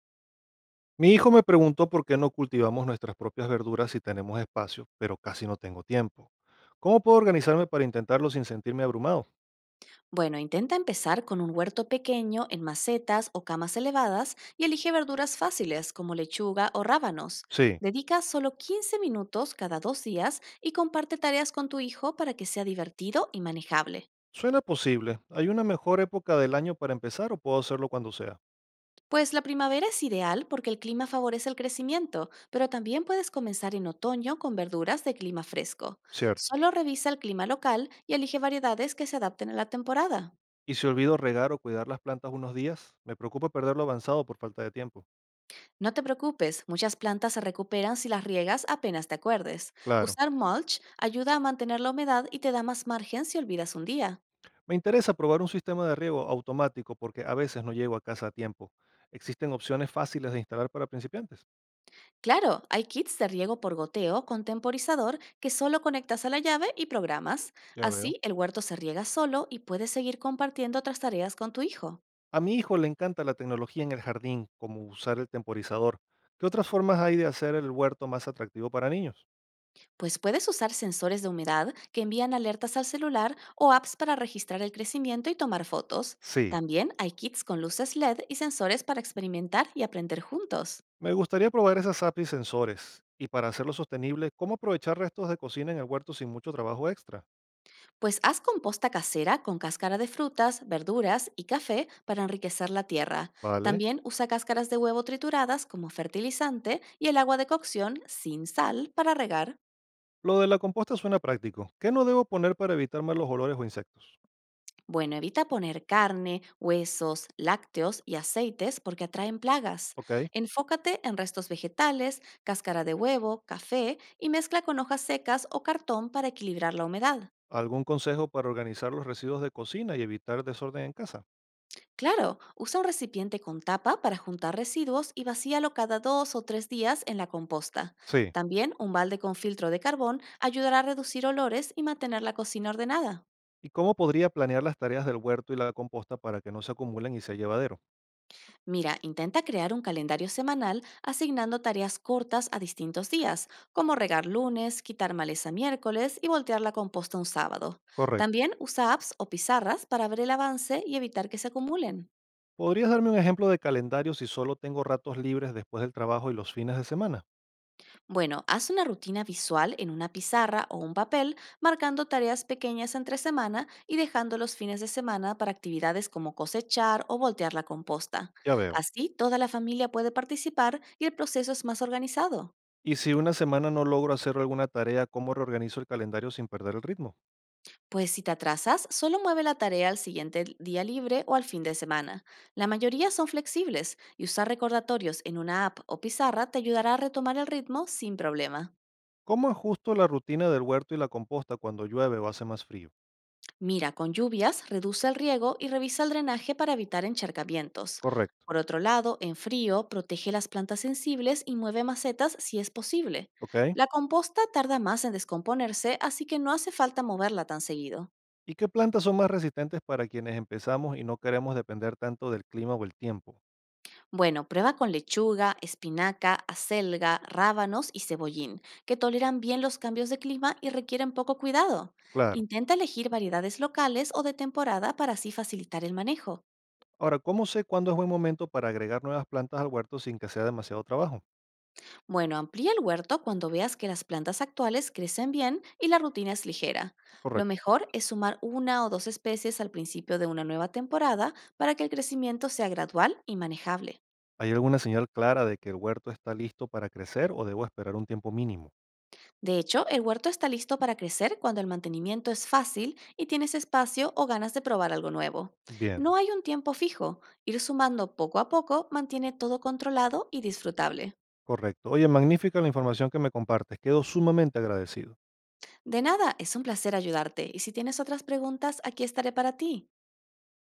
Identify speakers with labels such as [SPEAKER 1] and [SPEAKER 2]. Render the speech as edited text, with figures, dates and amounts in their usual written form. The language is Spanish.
[SPEAKER 1] Mi hijo me preguntó por qué no cultivamos nuestras propias verduras si tenemos espacio, pero casi no tengo tiempo. ¿Cómo puedo organizarme para intentarlo sin sentirme abrumado?
[SPEAKER 2] Bueno, intenta empezar con un huerto pequeño en macetas o camas elevadas y elige verduras fáciles como lechuga o rábanos.
[SPEAKER 1] Sí,
[SPEAKER 2] Dedica solo 15 minutos cada dos días y comparte tareas con tu hijo para que sea divertido y manejable.
[SPEAKER 1] suena posible. ¿Hay una mejor época del año para empezar o puedo hacerlo cuando sea?
[SPEAKER 2] Pues la primavera es ideal porque el clima favorece el crecimiento, pero también puedes comenzar en otoño con verduras de clima fresco.
[SPEAKER 1] Cierto.
[SPEAKER 2] Solo revisa el clima local y elige variedades que se adapten a la temporada.
[SPEAKER 1] ¿Y si olvido regar o cuidar las plantas unos días? Me preocupa perderlo avanzado por falta de tiempo.
[SPEAKER 2] No te preocupes, muchas plantas se recuperan si las riegas apenas te acuerdes.
[SPEAKER 1] Claro.
[SPEAKER 2] Usar mulch ayuda a mantener la humedad y te da más margen si olvidas un día.
[SPEAKER 1] Me interesa probar un sistema de riego automático porque a veces no llego a casa a tiempo. ¿Existen opciones fáciles de instalar para principiantes?
[SPEAKER 2] Claro, hay kits de riego por goteo con temporizador que solo conectas a la llave y programas.
[SPEAKER 1] Ya veo.
[SPEAKER 2] Así el huerto se riega solo y puedes seguir compartiendo otras tareas con tu hijo.
[SPEAKER 1] A mi hijo le encanta la tecnología en el jardín, como usar el temporizador. ¿Qué otras formas hay de hacer el huerto más atractivo para niños?
[SPEAKER 2] Pues puedes usar sensores de humedad que envían alertas al celular o apps para registrar el crecimiento y tomar fotos.
[SPEAKER 1] Sí.
[SPEAKER 2] También hay kits con luces LED y sensores para experimentar y aprender juntos.
[SPEAKER 1] Me gustaría probar esas APIs sensores. Y para hacerlo sostenible, ¿cómo aprovechar restos de cocina en el huerto sin mucho trabajo extra?
[SPEAKER 2] Pues haz composta casera con cáscara de frutas, verduras y café para enriquecer la tierra.
[SPEAKER 1] Vale.
[SPEAKER 2] También usa cáscaras de huevo trituradas como fertilizante y el agua de cocción sin sal para regar.
[SPEAKER 1] Lo de la composta suena práctico. ¿Qué no debo poner para evitar malos olores o insectos?
[SPEAKER 2] Bueno, evita poner carne, huesos, lácteos y aceites porque atraen plagas.
[SPEAKER 1] Ok.
[SPEAKER 2] Enfócate en restos vegetales, cáscara de huevo, café y mezcla con hojas secas o cartón para equilibrar la humedad.
[SPEAKER 1] ¿Algún consejo para organizar los residuos de cocina y evitar desorden en casa?
[SPEAKER 2] Claro, usa un recipiente con tapa para juntar residuos y vacíalo cada dos o tres días en la composta.
[SPEAKER 1] Sí.
[SPEAKER 2] También un balde con filtro de carbón ayudará a reducir olores y mantener la cocina ordenada.
[SPEAKER 1] ¿Y cómo podría planear las tareas del huerto y la composta para que no se acumulen y sea llevadero?
[SPEAKER 2] Mira, intenta crear un calendario semanal asignando tareas cortas a distintos días, como regar lunes, quitar maleza miércoles y voltear la composta un sábado.
[SPEAKER 1] Correcto.
[SPEAKER 2] También usa apps o pizarras para ver el avance y evitar que se acumulen.
[SPEAKER 1] ¿Podrías darme un ejemplo de calendario si solo tengo ratos libres después del trabajo y los fines de semana?
[SPEAKER 2] Bueno, haz una rutina visual en una pizarra o un papel, marcando tareas pequeñas entre semana y dejando los fines de semana para actividades como cosechar o voltear la composta.
[SPEAKER 1] Ya veo.
[SPEAKER 2] Así, toda la familia puede participar y el proceso es más organizado.
[SPEAKER 1] Y si una semana no logro hacer alguna tarea, ¿cómo reorganizo el calendario sin perder el ritmo?
[SPEAKER 2] Pues si te atrasas, solo mueve la tarea al siguiente día libre o al fin de semana. La mayoría son flexibles y usar recordatorios en una app o pizarra te ayudará a retomar el ritmo sin problema.
[SPEAKER 1] ¿Cómo ajusto la rutina del huerto y la composta cuando llueve o hace más frío?
[SPEAKER 2] Mira, con lluvias, reduce el riego y revisa el drenaje para evitar encharcamientos.
[SPEAKER 1] Correcto.
[SPEAKER 2] Por otro lado, en frío, protege las plantas sensibles y mueve macetas si es posible.
[SPEAKER 1] ¿Ok?
[SPEAKER 2] La composta tarda más en descomponerse, así que no hace falta moverla tan seguido.
[SPEAKER 1] ¿Y qué plantas son más resistentes para quienes empezamos y no queremos depender tanto del clima o el tiempo?
[SPEAKER 2] Bueno, prueba con lechuga, espinaca, acelga, rábanos y cebollín, que toleran bien los cambios de clima y requieren poco cuidado.
[SPEAKER 1] Claro.
[SPEAKER 2] Intenta elegir variedades locales o de temporada para así facilitar el manejo.
[SPEAKER 1] Ahora, ¿cómo sé cuándo es buen momento para agregar nuevas plantas al huerto sin que sea demasiado trabajo?
[SPEAKER 2] Bueno, amplía el huerto cuando veas que las plantas actuales crecen bien y la rutina es ligera. Lo
[SPEAKER 1] Correcto.
[SPEAKER 2] mejor es sumar una o dos especies al principio de una nueva temporada para que el crecimiento sea gradual y manejable.
[SPEAKER 1] ¿Hay alguna señal clara de que el huerto está listo para crecer o debo esperar un tiempo mínimo?
[SPEAKER 2] De hecho, el huerto está listo para crecer cuando el mantenimiento es fácil y tienes espacio o ganas de probar algo nuevo.
[SPEAKER 1] Bien,
[SPEAKER 2] No hay un tiempo fijo. Ir sumando poco a poco mantiene todo controlado y disfrutable.
[SPEAKER 1] correcto. Oye, magnífica la información que me compartes. Quedo sumamente agradecido.
[SPEAKER 2] De nada, es un placer ayudarte y si tienes otras preguntas, aquí estaré para ti.